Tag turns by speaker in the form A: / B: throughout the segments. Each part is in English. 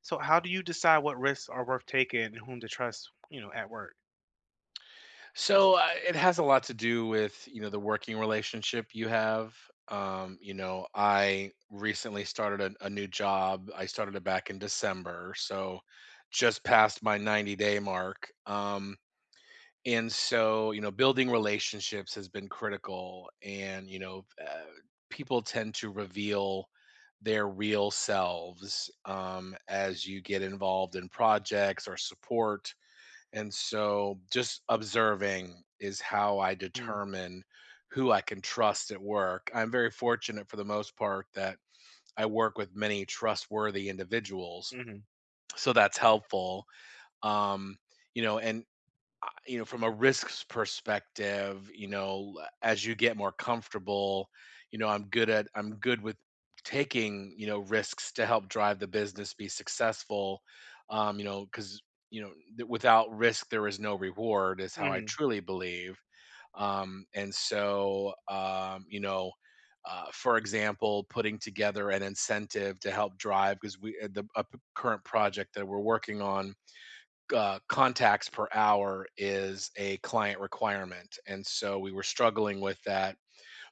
A: So how do you decide what risks are worth taking and whom to trust, you know, at work?
B: So it has a lot to do with you know the working relationship you have. I recently started a new job. I started it back in December, so just past my 90-day mark. And so you know, building relationships has been critical, and people tend to reveal their real selves as you get involved in projects or support, and so just observing is how I
A: Mm,
B: determine who I can trust at work. I'm very fortunate for the most part that I work with many trustworthy individuals.
A: mhm,
B: So that's helpful. Um, you know, and you know from a risks perspective, you know, as you get more comfortable, I'm good with taking, you know, risks to help drive the business be successful, um, you know because you know without risk there is no reward is how I
A: mhm,
B: truly believe. And so you know For example, putting together an incentive to help drive, because we the current project that we're working on, contacts per hour is a client requirement. And so we were struggling with that.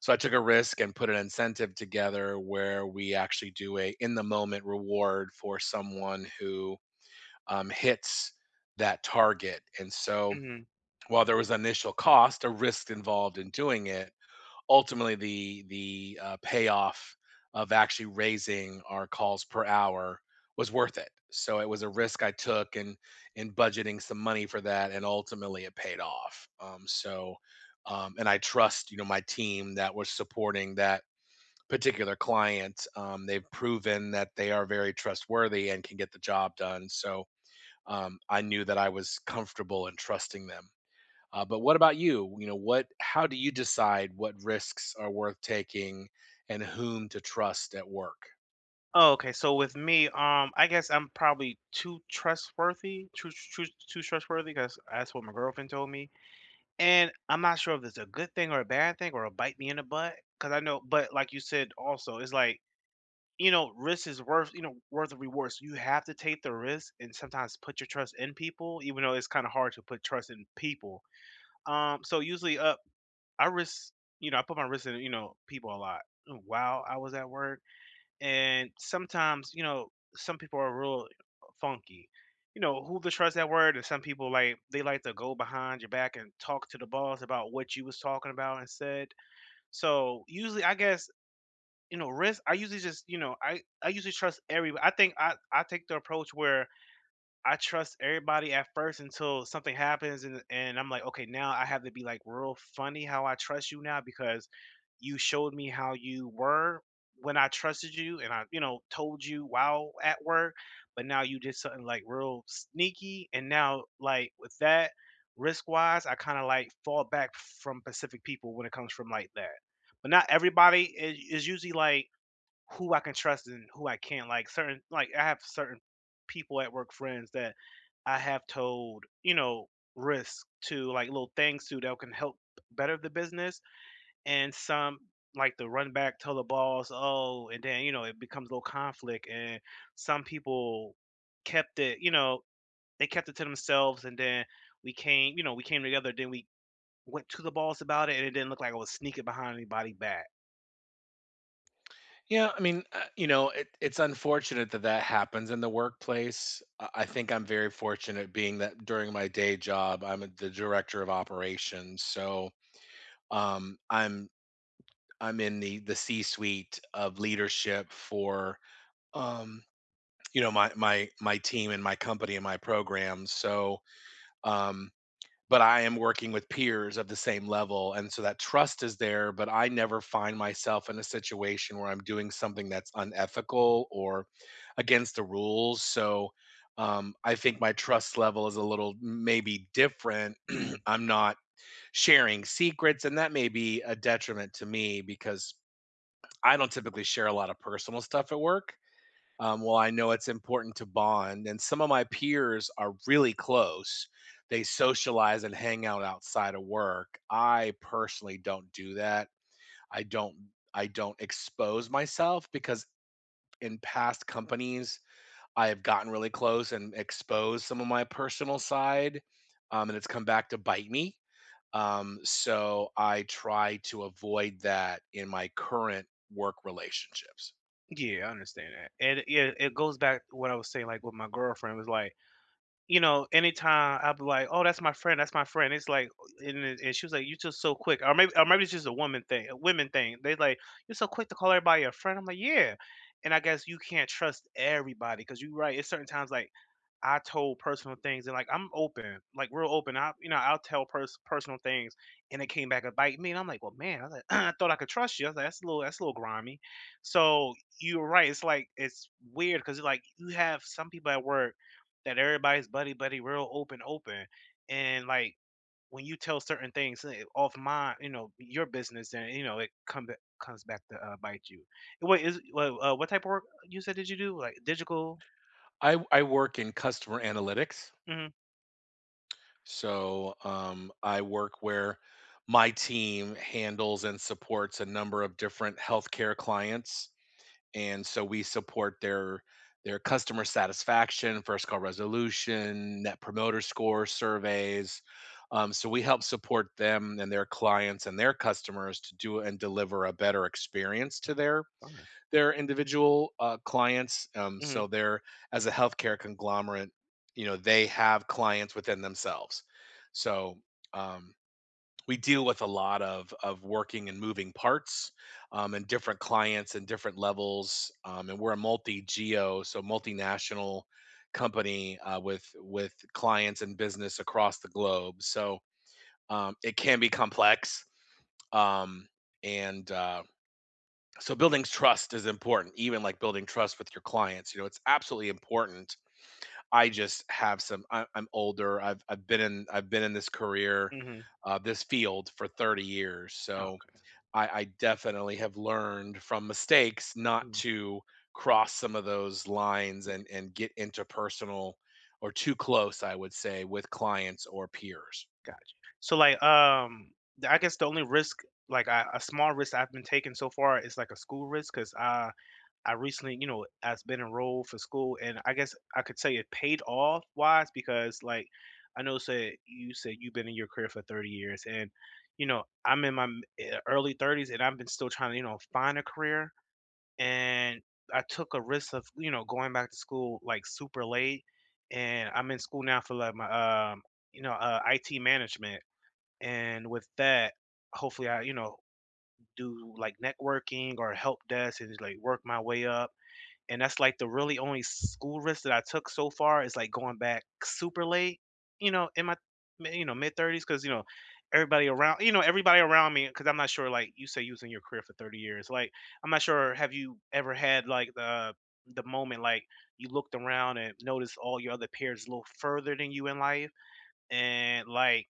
B: So I took a risk and put an incentive together where we actually do a in the moment reward for someone who hits that target. And so
A: mhm.
B: while there was initial cost, a risk involved in doing it, ultimately the payoff of actually raising our calls per hour was worth it. So it was a risk I took in budgeting some money for that, and ultimately it paid off. And I trust, you know, my team that was supporting that particular client. They've proven that they are very trustworthy and can get the job done. So I knew that I was comfortable in trusting them. But what about you? You know, what? How do you decide what risks are worth taking and whom to trust at work?
A: Oh, okay. So with me, I guess I'm probably too trustworthy, too trustworthy, because that's what my girlfriend told me. And I'm not sure if it's a good thing or a bad thing or a bite me in the butt, because I know. But like you said, also, it's like you know, risk is worth you know worth the reward. So you have to take the risk and sometimes put your trust in people, even though it's kind of hard to put trust in people. So usually, I risk, you know, I put my risk in, you know, people a lot while I was at work. And sometimes, you know, some people are real funky. You know, who to trust that word, and some people like they like to go behind your back and talk to the boss about what you was talking about and said. So usually, I guess you know, risk. I usually just you know, I usually trust everybody. I think I take the approach where I trust everybody at first until something happens and I'm like, "Okay, now I have to be, like, real funny how I trust you now because you showed me how you were when I trusted you and I, you know, told you while at work, but now you did something, like, real sneaky." And now, like, with that, risk-wise, I kinda, like, fall back from Pacific people when it comes from like that. But not everybody is usually, like, who I can trust and who I can't, like, certain like, I have certain people at work, friends that I have told, you know, risk to like little things too that can help better the business and some like the run back tell the boss, oh, and then you know it becomes a little conflict and some people kept it, you know, they kept it to themselves and then we came, you know, we came together, then we went to the boss about it and it didn't look like I was sneaking behind anybody back.
B: Yeah, I mean, you know, it's unfortunate that that happens in the workplace. I think I'm very fortunate being that during my day job, the director of operations, so um, I'm I'm in the C-suite of leadership for um, you know, my my team and my company and my programs. So um, but I am working with peers of the same level. And so that trust is there, but I never find myself in a situation where I'm doing something that's unethical or against the rules. So I think my trust level is a little maybe different.
A: Mm.
B: I'm not sharing secrets, and that may be a detriment to me because I don't typically share a lot of personal stuff at work. Well, I know it's important to bond, and some of my peers are really close. They socialize and hang out outside of work. I personally don't do that. I don't expose myself because in past companies, I have gotten really close and exposed some of my personal side, and it's come back to bite me. So I try to avoid that in my current work relationships.
A: Yeah, I understand that. And it goes back to what I was saying, like with my girlfriend was like you know, anytime I'll be like, "Oh, that's my friend. That's my friend." It's like, and, it- and she was like, "You just so quick," or maybe it's just a woman thing, a women thing. They like, "You're so quick to call everybody a friend." I'm like, "Yeah," and I guess you can't trust everybody because you're right. It's certain times like I told personal things and like I'm open, like real open. I you know I'll tell personal things, and it came back and bite me. And I'm like, well, man, I, was like, I thought I could trust you. I was like, that's a little grimy. So you're right. It's like it's weird because like you have some people at work that everybody's buddy buddy, real open open, and like when you tell certain things eh, off my you know your business, then you know it comes back to bite you. What is what type of work you said did you do? Like digital?
B: I work in customer analytics.
A: Mm-hmm.
B: So I work where my team handles and supports a number of different healthcare clients, and so we support their customer satisfaction, first call resolution, net promoter score surveys. So we help support them and their clients and their customers to do and deliver a better experience to their
A: Okay.
B: they're individual clients.
A: Mm-hmm.
B: So they're, as a healthcare conglomerate, you know, they have clients within themselves. So um, we deal with a lot of working and moving parts, and different clients and different levels. And we're a multi geo, so multinational company with clients and business across the globe. So it can be complex. Um, and So building trust is important, even like building trust with your clients. You know, it's absolutely important. I just have some I, I'm older, I've been in this career,
A: Mm-hmm.
B: this field, for 30 years.
A: Oh,
B: So
A: okay.
B: I definitely have learned from mistakes not
A: Mm,
B: to cross some of those lines
A: yeah,
B: and get interpersonal or too close, I would say, with clients or peers.
A: gotcha. So like I guess the only risk like I, a small risk I've been taking so far is like a school risk because I recently you know has been enrolled for school and I guess I could say it paid off wise because like I know said you said you've been in your career for 30 years and you know I'm in my early 30s and I've been still trying to you know find a career and I took a risk of, you know, going back to school like super late. And I'm in school now for like my, you know, IT management. And with that, hopefully I, you know, do like networking or help desk and just, like work my way up and that's, like, the really only school risk that I took so far is, like, going back super late, you know, in my m you know, mid-30s thirties, because you know, everybody around you know, everybody around me, because 'cause I'm not sure, like, you say you was in your career for 30 years, like, I'm not sure have you ever had, like, the moment, like, you looked around and noticed all your other peers a little further than you in life, and, like,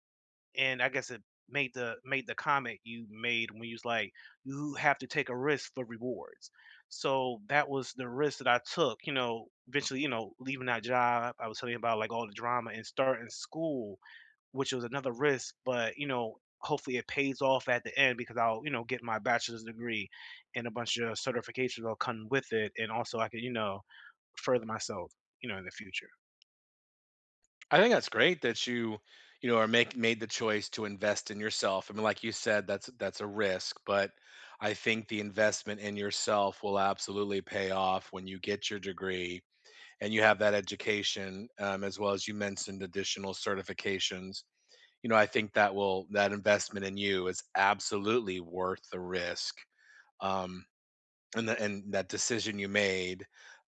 A: and I guess it made the comment you made when you was like, "You have to take a risk for rewards." So that was the risk that I took, you know, eventually, you know, leaving that job. I was telling you about like all the drama and starting school, which was another risk, but you know, hopefully it pays off at the end because I'll, you know, get my bachelor's degree and a bunch of certifications will come with it. And also I could, you know, further myself, you know, in the future.
B: I think that's great that you know, are make made the choice to invest in yourself. I mean, like you said, that's a risk, but I think the investment in yourself will absolutely pay off when you get your degree and you have that education, as well as you mentioned additional certifications. You know, I think that will that investment in you is absolutely worth the risk. Um, and that decision you made,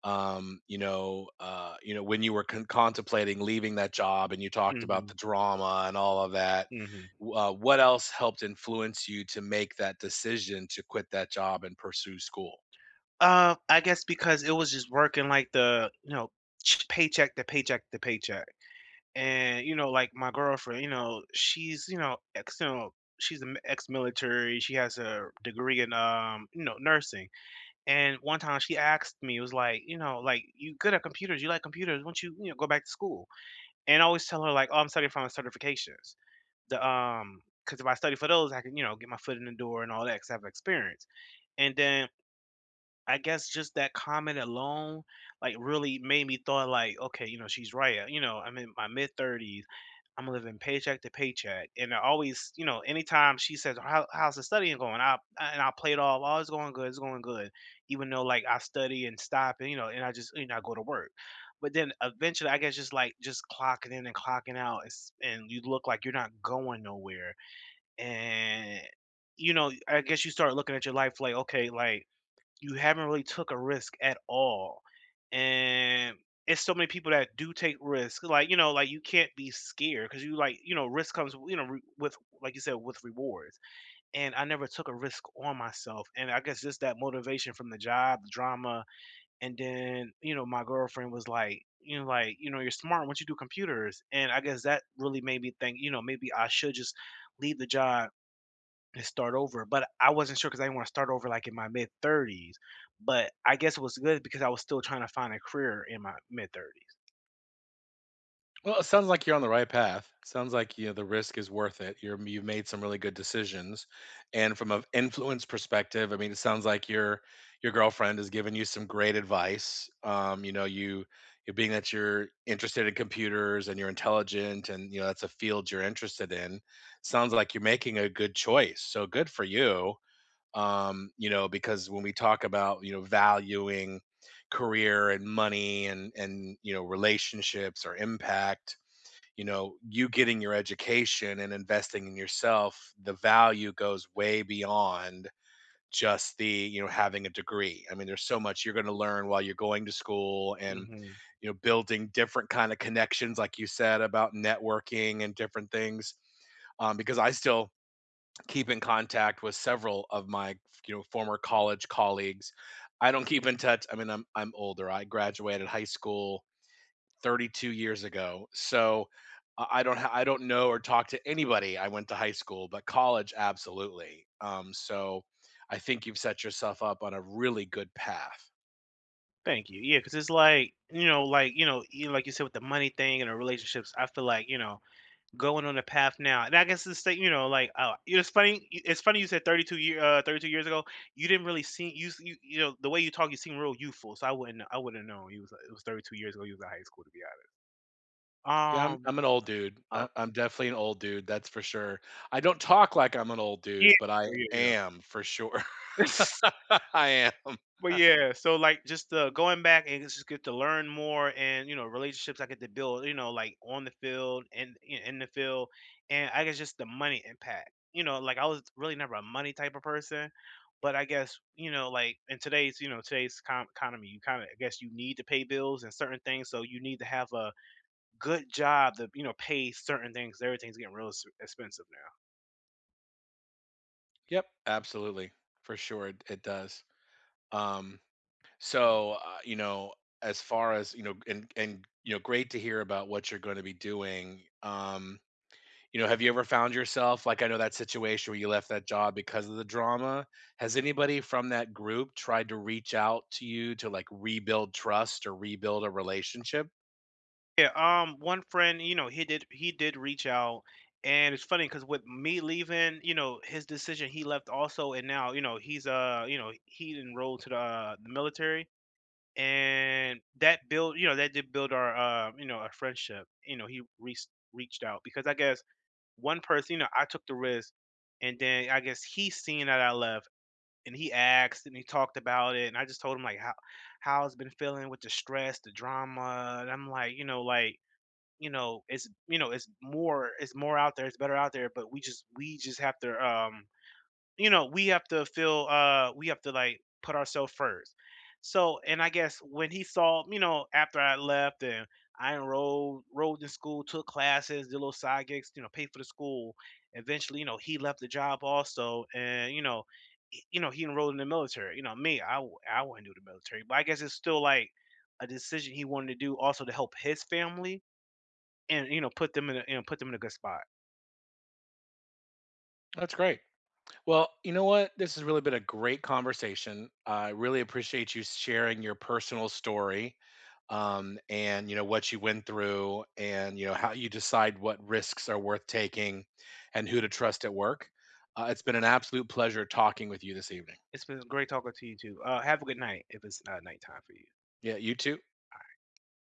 B: when you were contemplating leaving that job, and you talked about
A: Hmm.
B: the drama and all of that,
A: Hmm.
B: what else helped influence you to make that decision to quit that job and pursue school?
A: I guess because it was just working like the, you know, paycheck to paycheck to paycheck. And, you know, like my girlfriend, you know, she's, you know, she's an ex-military. She has a degree in, you know, nursing. And one time she asked me, it was like, you know, like you good at computers, you like computers, won't you, you know, go back to school? And I always tell her like, oh, I'm studying for my certifications. The, um, because if I study for those, I can, you know, get my foot in the door and all that, because I have experience. And then I guess just that comment alone, like, really made me thought like, "Okay, you know, she's right, you know, I'm in my mid-30s, I'm living paycheck to paycheck," and I always you know, anytime she says, "How's the studying going?" I play it off, "Oh, it's going good," even though, like, I study and stop and, you know, and I just you know, I go to work. But then eventually, I guess just, like, just clocking in and clocking out is and you look like you're not going nowhere, and, you know, I guess you start looking at your life like, "Okay, like, you haven't really took a risk at all. And it's so many people that do take risks. Like, you know, like you can't be scared because you like, you know, risk comes, you know, with, like you said, with rewards. And I never took a risk on myself. And I guess just that motivation from the job, the drama. And then, you know, my girlfriend was like, you know, you're smart once you do computers. And I guess that really made me think, you know, maybe I should just leave the job and start over. But I wasn't sure because I didn't want to start over like in my mid 30s. But I guess it was good because I was still trying to find a career in my mid 30s.
B: Well, it sounds like you're on the right path. Sounds like you know the risk is worth it. You've made some really good decisions, and from an influence perspective, I mean, it sounds like your girlfriend has given you some great advice. You know, you being that you're interested in computers and you're intelligent, and you know that's a field you're interested in. Sounds like you're making a good choice. So good for you. You know, because when we talk about, you know, valuing career and money and, you know, relationships or impact, you know, you getting your education and investing in yourself, the value goes way beyond just the, you know, having a degree. I mean, there's so much you're going to learn while you're going to school and,
A: Hmm.
B: you know, building different kind of connections, like you said about networking and different things. Because I still keep in contact with several of my, you know, former college colleagues. I don't keep in touch. I mean, I'm older. I graduated high school 32 years ago. So I don't know or talk to anybody I went to high school, but college absolutely. So I think you've set yourself up on a really good path.
A: Thank you. Yeah, because it's like you know, you like you said with the money thing and the relationships. I feel like you know going on the path now, and I guess it's the, you know, like it's funny. It's funny you said 32 years ago. You didn't really seem you you know the way you talk, you seem real youthful. So I wouldn't have known You was it was 32 years ago. You was in high school to be
B: Yeah,
A: honest.
B: I'm an old dude.
A: Okay.
B: I'm definitely an old dude. That's for sure. I don't talk like I'm an old
A: Yeah.
B: dude, but
A: You
B: I
A: know, yeah.
B: am for sure.
A: You know.
B: I am.
A: But yeah, so like just going back and just get to learn more and you know relationships I get to build you know like on the field and you know, in the field and I guess just the money impact you know like I was really never a money type of person but I guess you know like in today's you know economy you kind of I guess you need to pay bills and certain things so you need to have a good job to you know pay certain things everything's getting real expensive.
B: Yep, absolutely. For sure it does. Um So, you know, as far as, you know, and, you know, great to hear about what you're going to be doing. You know, have you ever found yourself, like, I know that situation where you left that job because of the drama? Has anybody from that group tried to reach out to you to like rebuild trust or rebuild a relationship?
A: Yeah, one friend, you know, he did reach out, and it's funny because with me leaving, you know, his decision, he left also, and now, you know, he's you know, he enrolled to the military, and that built, you know, that did build our, you know, our friendship. You know, he reached reached out because I guess one person, you know, I took the risk, and then I guess he seen that I left, and he asked and he talked about it, and I just told him like how it's been feeling with the stress, the drama, and I'm like you know, it's more out there, it's better out there, but we just have to you know, we have to feel we have to like put ourselves first. So and I guess when he saw, you know, after I left and I enrolled enrolled in school, took classes, did little side gigs, you know, paid for the school. Eventually, you know, he left the job also and you know, you know, he enrolled in the military. You know, me, I wouldn't do the military, but I guess it's still like a decision he wanted to do also to help his family and, you know, put them in a you know, put them in a good spot.
B: That's great. Well, you know what? This has really been a great conversation. I really appreciate you sharing your personal story, and, you know, what you went through, and, you know, how you decide what risks are worth taking and who to trust at work. It's been an absolute pleasure talking with you this evening.
A: It's been great talking to you too. Have a good night if it's, nighttime for you.
B: Yeah, you too.